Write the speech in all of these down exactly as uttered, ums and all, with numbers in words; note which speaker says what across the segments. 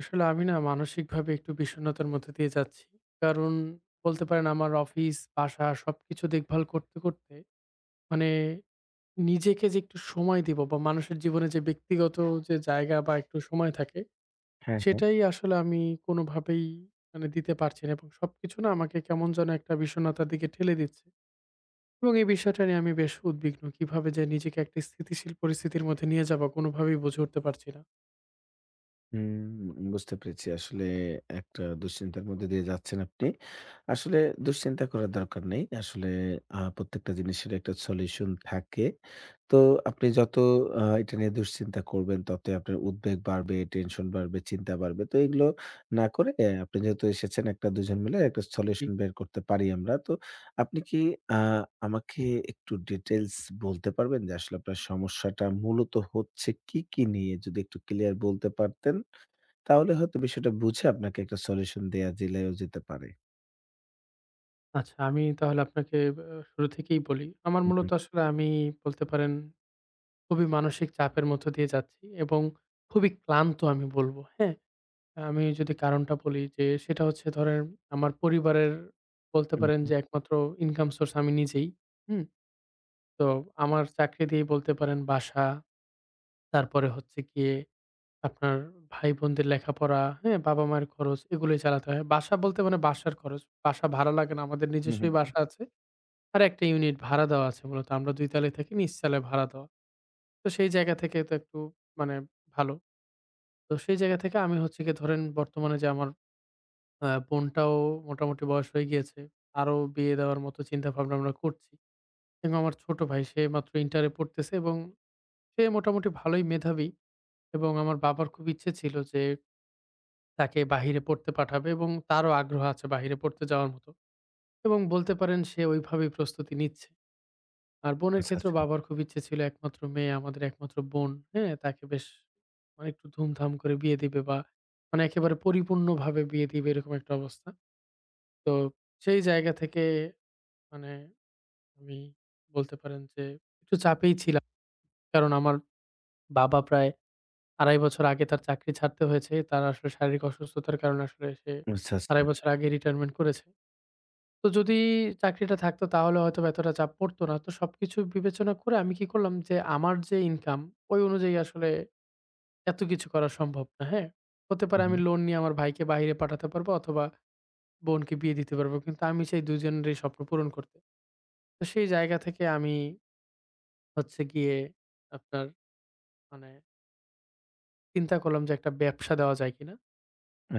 Speaker 1: আসলে আমি না মানসিকভাবে একটু বিষণ্ণতার মধ্যে দিয়ে যাচ্ছি। কারণ বলতে পারেন আমার অফিস, বাসা সবকিছু দেখভাল করতে, করতে মানে নিজেকে যে একটু সময় দিব বা মানুষের জীবনে যে ব্যক্তিগত যে জায়গা বা একটু সময় থাকে,
Speaker 2: হ্যাঁ, হ্যাঁ।
Speaker 1: সেটাই আসলে আমি কোনোভাবেই মানে দিতে পারছি না এবং সবকিছু না আমাকে কেমন যেন একটা বিষণ্ণতার দিকে ঠেলে দিচ্ছে। এবং এই বিষয়টা নিয়ে আমি বেশ উদ্বিগ্ন। কিভাবে যে নিজেকে একটা স্থিতিশীল পরিস্থিতির মধ্যে নিয়ে যাবো কোনোভাবেই বুঝে উঠতে পারছি না।
Speaker 2: হুম, বুঝতে পেরেছি। আসলে একটা দুশ্চিন্তার মধ্যে দিয়ে যাচ্ছেন আপনি। আসলে দুশ্চিন্তা করার দরকার নেই। আসলে আ প্রত্যেকটা জিনিসের একটা সলিউশন থাকে। তো আপনি যত আ এটা নিয়ে দুশ্চিন্তা করবেন, ততই আপনার উদ্বেগ বাড়বে, টেনশন বাড়বে, চিন্তা বাড়বে। তো এগুলো না করে আহ, আপনি যেহেতু এসেছেন একটা দুজন মিলে একটা
Speaker 1: জি।
Speaker 2: সলিউশন বের করতে পারি আমরা। তো আপনি কি আ আমাকে একটু ডিটেইলস বলতে পারবেন যে আসলে আপনার সমস্যাটা মূলত হচ্ছে কি, কি নিয়ে? যদি একটু ক্লিয়ার বলতে পারতেন তাহলে হয়তো বিষয়টা বুঝে আপনাকে একটা সলিউশন দেয়া জেলায়ও যেতে পারে।
Speaker 1: আচ্ছা, আমি তাহলে আপনাকে আ শুরু থেকেই বলি। আমার
Speaker 2: হুম,
Speaker 1: মূলত
Speaker 2: হুম,
Speaker 1: আসলে আমি বলতে পারেন খুবই মানসিক চাপের মধ্য দিয়ে যাচ্ছি এবং খুবই ক্লান্ত আমি বলব, হ্যাঁ? আমি যদি কারণটা বলি যে সেটা হচ্ছে ধরেন আমার পরিবারের বলতে
Speaker 2: হুম,
Speaker 1: পারেন যে একমাত্র ইনকাম সোর্স আমি নিজেই, হুম? তো আমার চাকরি দিয়েই বলতে পারেন বাসা, তারপরে হচ্ছে গিয়ে আপনার ভাই-বোনদের লেখাপড়া, হ্যাঁ? বাবা-মায়ের খরচ এগুলোই চালাতে হয়। বাসা বলতে মানে বাসার খরচ। বাসা ভাড়া লাগে না। আমাদের
Speaker 2: হুম, হুম,
Speaker 1: নিজস্বই
Speaker 2: হুম।
Speaker 1: বাসা আছে। আর একটা ইউনিট ভাড়া দেওয়া আছে মূলত। আমরা দুই তলায় থাকি, নিচ তলায় ভাড়া দেওয়া। তো সেই জায়গা থেকে তো একটু মানে ভালো। তো সেই জায়গা থেকে আমি হচ্ছে গিয়ে ধরেন বর্তমানে যে আমার আ বোনটাও মোটামুটি বয়স হয়ে গিয়েছে। তারও বিয়ে দেওয়ার মতো চিন্তাভাবনা আমরা করছি। এবং আমার ছোট ভাই সে মাত্র ইন্টার এ পড়তেছে এবং সে মোটামুটি ভালোই মেধাবী এবং আমার বাবার খুব ইচ্ছে ছিল যে তাকে বাহিরে পড়তে পাঠাবে এবং তারও আগ্রহ আছে বাহিরে পড়তে যাওয়ার মতো। এবং বলতে পারেন সে ওইভাবেই প্রস্তুতি নিচ্ছে। আর বোনের
Speaker 2: আচ্ছা,
Speaker 1: ক্ষেত্রেও
Speaker 2: আচ্ছা।
Speaker 1: বাবার খুব ইচ্ছে ছিল একমাত্র মেয়ে, আমাদের একমাত্র বোন। হ্যাঁ? তাকে বেশ মানে একটু ধুমধাম করে বিয়ে দিবে বা মানে একেবারে পরিপূর্ণভাবে বিয়ে দিবে এরকম একটা অবস্থা। তো সেই জায়গা থেকে মানে আমি বলতে পারেন যে একটু চাপেই ছিলাম। কারণ আমার বাবা প্রায় আড়াই বছর আগে তার চাকরি ছাড়তে হয়েছে। তার আসলে শারীরিক অসুস্থতার কারণে আসলে সে
Speaker 2: আচ্ছা,
Speaker 1: আড়াই
Speaker 2: আচ্ছা।
Speaker 1: বছর আগে রিটায়ারমেন্ট করেছে। তো যদি চাকরিটা থাকতো তাহলে হয়তোবা এতটা চাপ পড়তো না। তো সবকিছু বিবেচনা করে আমি কি করলাম যে আমার যে ইনকাম ওই অনুযায়ী আসলে এত কিছু করা সম্ভব না, হ্যাঁ? হতে
Speaker 2: হুম,
Speaker 1: পারে
Speaker 2: হুম।
Speaker 1: আমি লোন নিয়ে আমার ভাইকে বাহিরে পাঠাতে পারবো অথবা বোনকে বিয়ে দিতে পারবো। কিন্তু আমি চাই দুই জনেরই স্বপ্ন পূরণ করতে। তো সেই জায়গা থেকে আমি হচ্ছে গিয়ে আপনার মানে চিন্তা করলাম যে একটা ব্যবসা দেওয়া যায় কিনা?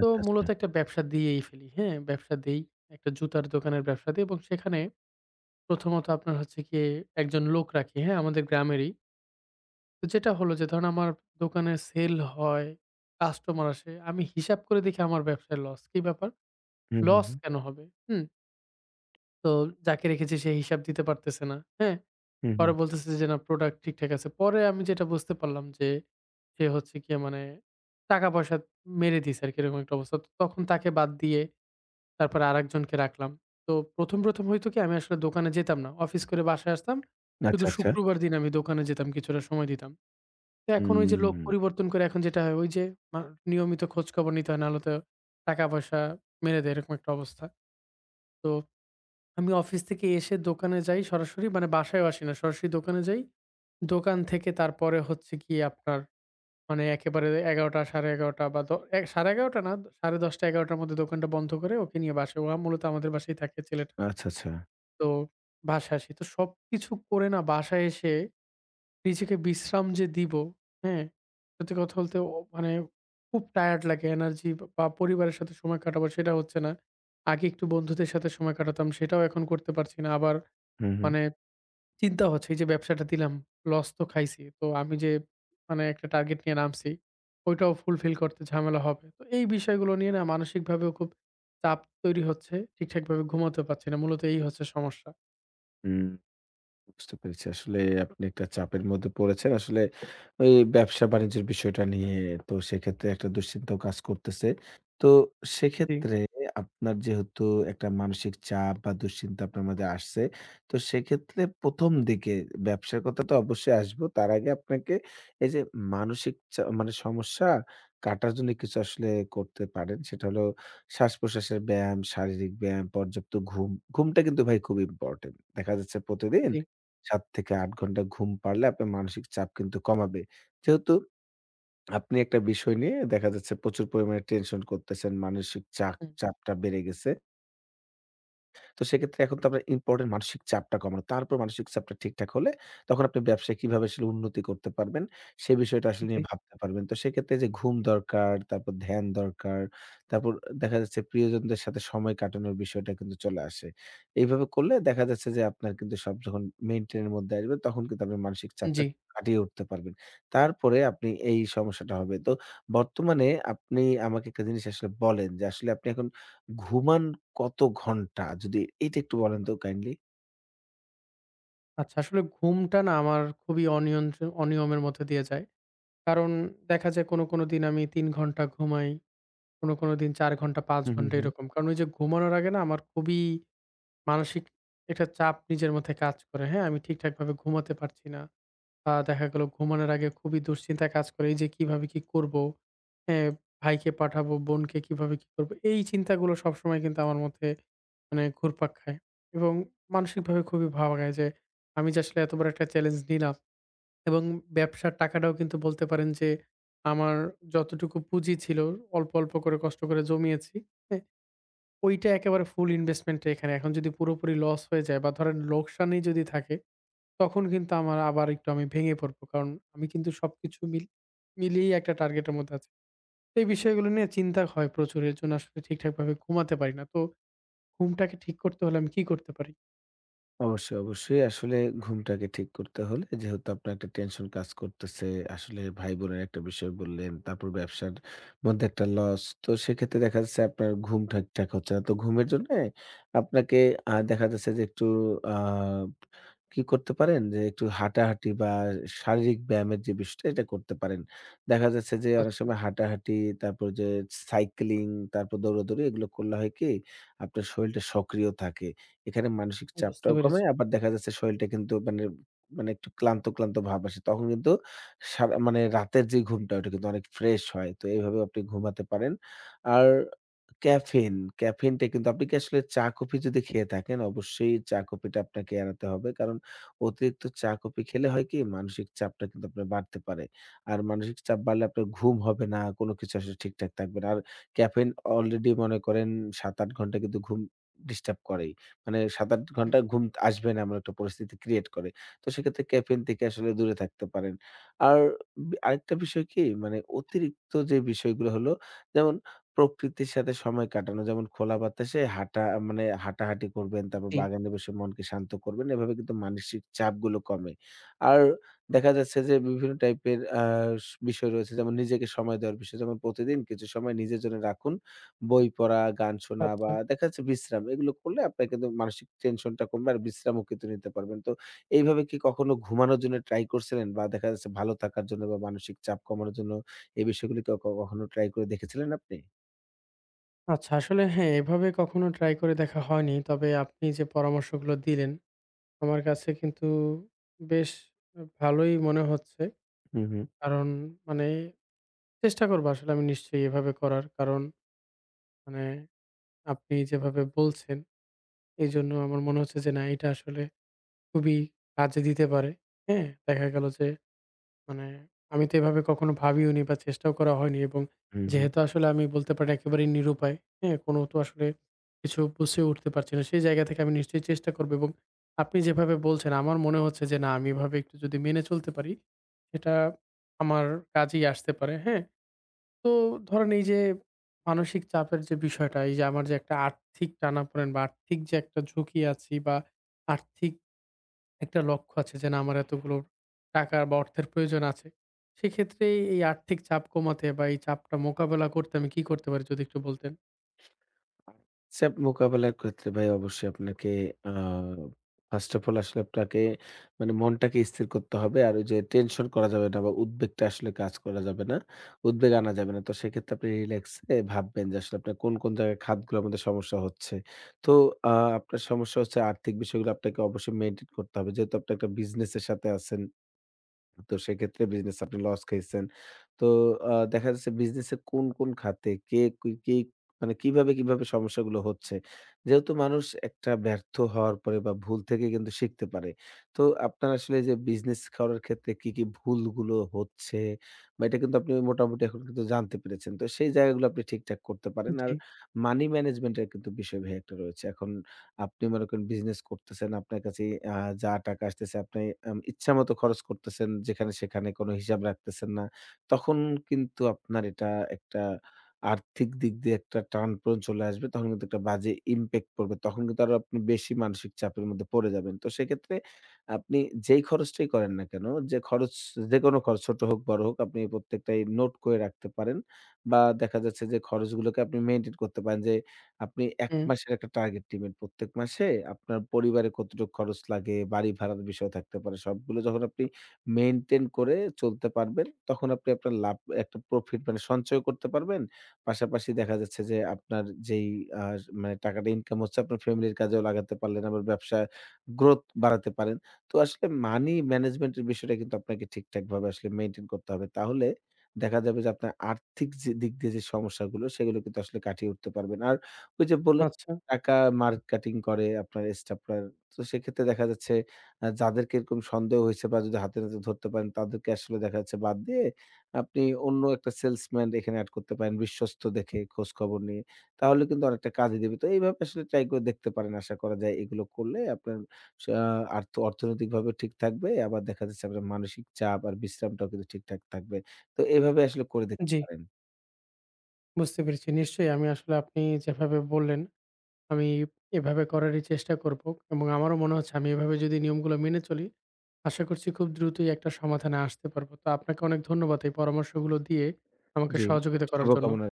Speaker 1: তো
Speaker 2: আচ্ছা।
Speaker 1: মূলত একটা ব্যবসা দিয়েই ফেলি, হ্যাঁ? ব্যবসা দেই। একটা জুতার দোকানের ব্যবসা দেই এবং সেখানে প্রথমত আপনার হচ্ছে গিয়ে একজন লোক রাখি, হ্যাঁ? আমাদের গ্রামেরই। তো যেটা হলো যে ধরেন আমার দোকানে সেল হয়, কাস্টমার আসে। আমি হিসাব করে দেখি আমার ব্যবসায় লস। কি ব্যাপার?
Speaker 2: হুম, হুম,
Speaker 1: লস
Speaker 2: হুম,
Speaker 1: কেন হবে? হুম? তো যাকে রেখেছি সে হিসাব দিতে পারতেছে না। হ্যাঁ?
Speaker 2: হুম, হুম।
Speaker 1: পরে বলতেছে যে না প্রোডাক্ট ঠিকঠাক আছে। পরে আমি যেটা বুঝতে পারলাম যে সে হচ্ছে গিয়ে মানে টাকা-পয়সা মেরে দিছে আরকি এরকম একটা অবস্থা। তো তখন তাকে বাদ দিয়ে তারপরে আরেকজনকে রাখলাম। তো ১ম, ১ম হইতো কি আমি আসলে দোকানে যেতাম না। অফিস করে বাসায় আসতাম। শুধু
Speaker 2: আচ্ছা, আচ্ছা।
Speaker 1: শুক্রবার দিন আমি দোকানে যেতাম, কিছুটা সময় দিতাম। তো এখন ওই যে লোক
Speaker 2: হুম।
Speaker 1: পরিবর্তন করে এখন যেটা হয় ওই যে মা নিয়মিত খোঁজখবর নিতে হয় নাহলে তো টাকা-পয়সা মেরে দেয় এরকম একটা অবস্থা। তো আমি অফিস থেকে এসে দোকানে যাই সরাসরি মানে বাসায়ও আসি না। সরাসরি দোকানে যাই। দোকান থেকে তারপরে হচ্ছে গিয়ে আপনার মানে একেবারে এগারোটা সাড়ে এগারো বা দ এ সাড়ে এগারো না সাড়ে দশ এগারোটা র মধ্যে দোকানটা বন্ধ করে ওকে নিয়ে বাসায়। ও মূলত আমাদের বাসায় থাকে ছেলেটা।
Speaker 2: আচ্ছা, আচ্ছা।
Speaker 1: তো বাসায় আসি। তো সবকিছু করে না বাসায় এসে নিজেকে বিশ্রাম যে দিব, হ্যাঁ? সত্যি কথা বলতে অ মানে খুব টায়ার্ড লাগে। এনার্জি বা বা পরিবারের সাথে সময় কাটাবো সেটা হচ্ছে না। আগে একটু বন্ধুদের সাথে সময় কাটাতাম সেটাও এখন করতে পারছি না। আবার
Speaker 2: হুম, হুম।
Speaker 1: মানে চিন্তা হচ্ছে এই যে ব্যবসাটা দিলাম, লস তো খাইছি। তো আমি যে মানে একটা টার্গেট নিয়ে নামছি, ওইটাও ফুলফিল করতে ঝামেলা হবে। তো এই বিষয়গুলো নিয়ে না মানসিকভাবেও খুব চাপ তৈরি হচ্ছে। ঠিকঠাকভাবে ঘুমাতে পারছি না। মূলত এই হচ্ছে সমস্যা।
Speaker 2: হুম। বুঝতে পেরেছি। আসলে আপনি একটা চাপের মধ্যে পড়েছেন। আসলে ওই ব্যবসা-বাণিজ্যের বিষয়টা নিয়ে, তো সেক্ষেত্রে একটা দুশ্চিন্তাও কাজ করতেছে। তো
Speaker 1: জি।
Speaker 2: সেক্ষেত্রে আপনার যেহেতু একটা মানসিক চাপ বা দুশ্চিন্তা আপনার মধ্যে আসছে, তো সেক্ষেত্রে প্রথম দিকে ব্যবসার কথা তো অবশ্যই আসবো। তার আগে আপনাকে এই যে মানসিক চা মানে সমস্যা কাটার জন্য কিছু আসলে করতে পারেন। সেটা হলো শ্বাস-প্রশ্বাসের ব্যায়াম, শারীরিক ব্যায়াম, পর্যাপ্ত ঘুম। ঘুমটা কিন্তু ভাই খুব ইম্পোর্টেন্ট। দেখা যাচ্ছে প্রতিদিন
Speaker 1: জি,
Speaker 2: সাত থেকে আট ঘন্টা ঘুম পারলে আপনার মানসিক চাপ কিন্তু কমাবে। যেহেতু আপনি একটা বিষয় নিয়ে দেখা যাচ্ছে প্রচুর পরিমাণে টেনশন করতেছেন, মানসিক চাপ
Speaker 1: হুম,
Speaker 2: চাপটা বেড়ে গেছে। তো সেক্ষেত্রে এখন তো আপনার ইম্পোর্টেন্ট মানসিক চাপটা কমানো। তারপর মানসিক চাপটা ঠিকঠাক হলে তখন আপনি ব্যবসায় কিভাবে আসলে উন্নতি করতে পারবেন, সে বিষয়টা আসলে
Speaker 1: জি,
Speaker 2: নিয়ে ভাবতে পারবেন। তো সেক্ষেত্রে যে ঘুম দরকার, তারপর ধ্যান দরকার, তারপর দেখা যাচ্ছে প্রিয়জনদের সাথে সময় কাটানোর বিষয়টা কিন্তু চলে আসে। এইভাবে করলে দেখা যাচ্ছে যে আপনার কিন্তু সব যখন মেইনটেইন এর মধ্যে আসবে তখন কিন্তু আপনার মানসিক চাপটা
Speaker 1: জি।
Speaker 2: কাটিয়ে উঠতে পারবেন। তারপরে আপনি এই সমস্যাটা হবে। তো বর্তমানে আপনি আমাকে একটা জিনিস আসলে বলেন যে আসলে আপনি এখন ঘুমান কত ঘন্টা? যদি এটা একটু বলেন তো কাইন্ডলি?
Speaker 1: আচ্ছা আসলে ঘুমটা না আমার খুবই অনিয়ন্ত্র অনিয়মের মধ্যে দিয়ে যায়। কারণ দেখা যায় কোনো, কোনো দিন আমি তিন ঘন্টা ঘুমাই, কোনো, কোনো দিন চার ঘন্টা পাঁচ
Speaker 2: হু, হু,
Speaker 1: ঘন্টা
Speaker 2: হু।
Speaker 1: এরকম। কারণ ওই যে ঘুমানোর আগে না আমার খুবই মানসিক একটা চাপ নিজের মধ্যে কাজ করে, হ্যাঁ? আমি ঠিকঠাকভাবে ঘুমাতে পারছি না। আ দেখা গেল ঘুমানোর আগে খুবই দুশ্চিন্তা কাজ করে এই যে কিভাবে কি করবো? হ্যাঁ, ভাইকে পাঠাবো, বোনকে কিভাবে কি করবো? এই চিন্তাগুলো সবসময় কিন্তু আমার মধ্যে মানে ঘুরপাক খায় এবং মানসিকভাবে খুবই ভাবায় যে আমি যে আসলে এত বড় একটা চ্যালেঞ্জ নিলাম এবং ব্যবসার টাকাটাও কিন্তু বলতে পারেন যে আমার যতটুকু পুঁজি ছিল অল্প অল্প করে কষ্ট করে জমিয়েছি হ্যাঁ, ওইটা একেবারে ফুল ইনভেস্টমেন্টটা এখানে এখন যদি পুরোপুরি লস হয়ে যায় বা ধরেন লোকসানই যদি থাকে তখন কিন্তু আমার আবার একটু আমি ভেঙে পড়বো কারণ আমি কিন্তু সবকিছু মিল মিলিয়েই একটা টার্গেটের মধ্যে আছি। তো এই বিষয়গুলো নিয়ে চিন্তা হয় প্রচুর এর জন্য আসলে ঠিকঠাকভাবে ঘুমাতে পারি না। তো ঘুমটাকে ঠিক করতে হলে আমি কি করতে পারি?
Speaker 2: অবশ্যই, অবশ্যই। আসলে ঘুমটাকে ঠিক করতে হলে যেহেতু আপনার একটা টেনশন কাজ করতেছে, আসলে ভাই-বোনের একটা বিষয় বললেন, তারপর ব্যবসার মধ্যে একটা লস। তো সেক্ষেত্রে দেখা যাচ্ছে আপনার ঘুম ঠিকঠাক হচ্ছে না। তো ঘুমের জন্যে আপনাকে আ দেখা যাচ্ছে যে একটু আ কি করতে পারেন যে একটু হাঁটাহাঁটি বা শারীরিক ব্যায়ামের যে বিষয়টা এটা করতে পারেন। দেখা যাচ্ছে যে অনেক
Speaker 1: আচ্ছা,
Speaker 2: সময় হাঁটাহাঁটি, তারপর যে সাইক্লিং, তারপর দৌড়াদৌড়ি, এগুলো করলে হয় কি আপনার শরীরটা সক্রিয় থাকে। এখানে মানসিক
Speaker 1: বুঝতে
Speaker 2: চাপটাও কমে,
Speaker 1: পেরেছি।
Speaker 2: আবার দেখা যাচ্ছে শরীরটা কিন্তু মানে মানে একটু ক্লান্ত, ক্লান্ত ভাব আসে। তখন কিন্তু সারা মানে রাতের যে ঘুমটা ওটা কিন্তু অনেক ফ্রেশ হয়। তো এভাবেও আপনি ঘুমাতে পারেন। আর ক্যাফেইন, ক্যাফেইনটা কিন্তু আপনি কি আসলে চা-কফি যদি খেয়ে থাকেন, অবশ্যই চা-কফিটা আপনাকে এড়াতে হবে। কারণ অতিরিক্ত চা-কফি খেলে হয় কি? মানসিক চাপটা কিন্তু আপনার বাড়তে পারে। আর মানসিক চাপ বাড়লে আপনার ঘুম হবে না, কোনো কিছু আসলে ঠিকঠাক থাকবে না। আর ক্যাফেইন অলরেডি মনে করেন সাত আট ঘন্টা কিন্তু ঘুম ডিস্টার্ব করেই। মানে সাত আট
Speaker 1: হুম,
Speaker 2: ঘন্টা ঘুম আসবে না এমন একটা পরিস্থিতি ক্রিয়েট করে। তো সেক্ষেত্রে ক্যাফেইন থেকে আসলে দূরে থাকতে পারেন। আর বি আরেকটা বিষয় কি? মানে অতিরিক্ত যে বিষয়গুলো হলো, যেমন প্রকৃতির সাথে সময় কাটানো, যেমন খোলা বাতাসে হাঁটা মানে হাঁটাহাঁটি করবেন,
Speaker 1: হুম,
Speaker 2: তারপর
Speaker 1: জি।
Speaker 2: বাগানে বসে মনকে শান্ত করবেন। এভাবে কিন্তু মানসিক চাপগুলো কমে। আর দেখা যাচ্ছে যে বিভিন্ন টাইপের আ স বিষয় রয়েছে, যেমন নিজেকে সময় দেওয়ার বিষয়। যেমন প্রতিদিন কিছু সময় নিজের জন্য রাখুন। বই পড়া, গান শোনা বা
Speaker 1: আচ্ছা,
Speaker 2: দেখা যাচ্ছে বিশ্রাম। এগুলো করলে আপনার কিন্তু মানসিক টেনশনটা কমবে আর বিশ্রামও কিন্তু নিতে পারবেন। তো এইভাবে কি কখনো ঘুমানোর জন্য ট্রাই করছিলেন? বা দেখা যাচ্ছে ভালো থাকার জন্য বা মানসিক চাপ কমানোর জন্য এই বিষয়গুলি ক ক কখনো ট্রাই করে দেখেছিলেন আপনি?
Speaker 1: আচ্ছা। আসলে হ্যাঁ, এভাবে কখনো ট্রাই করে দেখা হয়নি। তবে আপনি যে পরামর্শগুলো দিলেন, আমার কাছে কিন্তু বেশ ভালোই মনে হচ্ছে।
Speaker 2: হুম, হুম,
Speaker 1: কারণ মানে চেষ্টা করবো আসলে আমি নিশ্চয়ই এভাবে করার। কারণ মানে আপনি যেভাবে বলছেন, এইজন্য আমার মনে হচ্ছে যে না এটা আসলে খুবই কাজে দিতে পারে। হ্যাঁ? দেখা গেল যে মানে আমি তো এভাবে কখনো ভাবিওনি বা চেষ্টাও করা হয়নি এবং
Speaker 2: হুম, হুম।
Speaker 1: যেহেতু আসলে আমি বলতে পারি একেবারেই নিরুপায়, হ্যাঁ? কোনো তো আসলে কিছু বুঝে উঠতে পারছি না। সেই জায়গা থেকে আমি নিশ্চয়ই চেষ্টা করব এবং আপনি যেভাবে বলছেন আমার মনে হচ্ছে যে না আমি এভাবে একটু যদি মেনে চলতে পারি, এটা আমার কাজেই আসতে পারে, হ্যাঁ? তো ধরেন এই যে মানসিক চাপের যে বিষয়টা, এই যে আমার যে একটা আর্থিক টানাপোড়েন বা আর্থিক যে একটা ঝুঁকি আছি বা আর্থিক একটা লক্ষ্য আছে যে না আমার এতগুলো টাকা বা অর্থের প্রয়োজন আছে। সেক্ষেত্রে এই আর্থিক চাপ কমাতে বা এই চাপটা মোকাবেলা করতে আমি কি করতে পারি যদি একটু বলতেন?
Speaker 2: চাপ মোকাবেলার ক্ষেত্রে ভাই অবশ্যই আপনাকে আ ফার্স্ট অফ অল আসলে আপনাকে মানে মনটাকে স্থির করতে হবে। আর ওই যে টেনশন করা যাবে না বা উদ্বেগটা আসলে কাজ করা যাবে না। উদ্বেগ আনা যাবে না। তো সেক্ষেত্রে আপনি রিল্যাক্স এ ভাববেন যে আসলে আপনার কোন, কোন জায়গায় খাতগুলোর মধ্যে সমস্যা হচ্ছে। তো আ আপনার সমস্যা হচ্ছে আর্থিক বিষয়গুলো আপনাকে অবশ্যই মেইনটেইন করতে হবে। যেহেতু আপনি একটা বিজনেস এর সাথে আছেন। তো সেক্ষেত্রে বিজনেস আপনি লস খাইছেন। তো আ দেখা যাচ্ছে বিজনেসের কোন, কোন খাতে কে কি কি মানে কিভাবে, কিভাবে সমস্যাগুলো হচ্ছে? যেহেতু মানুষ একটা ব্যর্থ হওয়ার পরে বা ভুল থেকে কিন্তু শিখতে পারে। তো আপনার আসলে যে বিজনেস করার ক্ষেত্রে কি, কি ভুলগুলো হচ্ছে বা এটা কিন্তু আপনি মোটামুটি এখন কিন্তু জানতে পেরেছেন। তো সেই জায়গাগুলো আপনি ঠিকঠাক করতে পারেন। আর
Speaker 1: জি।
Speaker 2: মানি ম্যানেজমেন্ট এর কিন্তু বিষয় ভাই একটা রয়েছে। এখন আপনি মনে করেন বিজনেস করতেছেন। আপনার কাছে আ যা টাকা আসতেছে, আপনি আম ইচ্ছামতো খরচ করতেছেন। যেখানে সেখানে কোনো হিসাব রাখতেছেন না। তখন কিন্তু আপনার এটা একটা আর্থিক দিক দিয়ে একটা টানাপোড়েন চলে আসবে। তখন কিন্তু একটা বাজে ইমপ্যাক্ট পড়বে। তখন কিন্তু আরো আপনি বেশি মানসিক চাপের মধ্যে পড়ে যাবেন। তো সেক্ষেত্রে আপনি যেই খরচটাই করেন না কেন, যে খরচ যেকোনো খরচ ছোট হোক, বড় হোক, আপনি প্রত্যেকটাই নোট করে রাখতে পারেন। বা দেখা যাচ্ছে যে খরচগুলোকে আপনি মেইনটেইন করতে পারেন যে আপনি এক
Speaker 1: হুম,
Speaker 2: মাসের একটা টার্গেট নিবেন। প্রত্যেক মাসে আপনার পরিবারে কতটুকু খরচ লাগে, বাড়ি ভাড়ার বিষয় থাকতে পারে। সবগুলো যখন আপনি মেইনটেইন করে চলতে পারবেন, তখন আপনি আপনার লাভ, একটা প্রফিট মানে সঞ্চয় করতে পারবেন। পাশাপাশি দেখা যাচ্ছে যে আপনার যেই আ মানে টাকাটা ইনকাম হচ্ছে আপনার ফ্যামিলির কাজেও লাগাতে পারলেন, আবার ব্যবসা গ্রোথ বাড়াতে পারেন। তো আসলে মানি ম্যানেজমেন্ট এর বিষয়টা কিন্তু আপনাকে ঠিকঠাকভাবে আসলে মেইনটেইন করতে হবে। তাহলে দেখা যাবে যে আপনার আর্থিক যে দিক দিয়ে যে সমস্যাগুলো সেগুলো কিন্তু আসলে কাটিয়ে উঠতে পারবেন। আর ওই যে বললেন
Speaker 1: আচ্ছা।
Speaker 2: টাকা মার্কেটিং করে আপনার স্টাফরা। তো সেক্ষেত্রে দেখা যাচ্ছে আ যাদেরকে এরকম সন্দেহ হইছে বা যদি হাতে নাতে ধরতে পারেন তাদেরকে আসলে দেখা যাচ্ছে বাদ দিয়ে আপনি অন্য একটা সেলসম্যান এখানে এড করতে পারেন বিশ্বস্ত দেখে খোঁজ খবর নিয়ে। তাহলে কিন্তু অনেকটা কাজে দিবে। তো এইভাবে আসলে ট্রাই করে দেখতে পারেন। আশা করা যায় এগুলো করলে আপনার সা আর্থ অর্থনৈতিকভাবে ঠিক থাকবে। আবার দেখা যাচ্ছে আপনার মানসিক চাপ আর বিশ্রামটাও কিন্তু ঠিকঠাক থাকবে। তো এভাবে আসলে করে দেখতে
Speaker 1: জি,
Speaker 2: পারেন।
Speaker 1: বুঝতে পেরেছি। নিশ্চয়ই আমি আসলে আপনি যেভাবে বললেন আমি এভাবে করারই চেষ্টা করব এবং আমারও মনে হচ্ছে আমি এভাবে যদি নিয়মগুলো মেনে চলি, আশা করছি খুব দ্রুতই একটা সমাধানে আসতে পারব। তো আপনাকে অনেক ধন্যবাদ এই পরামর্শগুলো দিয়ে আমাকে
Speaker 2: জি,
Speaker 1: সহযোগিতা করার জন্য।
Speaker 2: শুভকামনা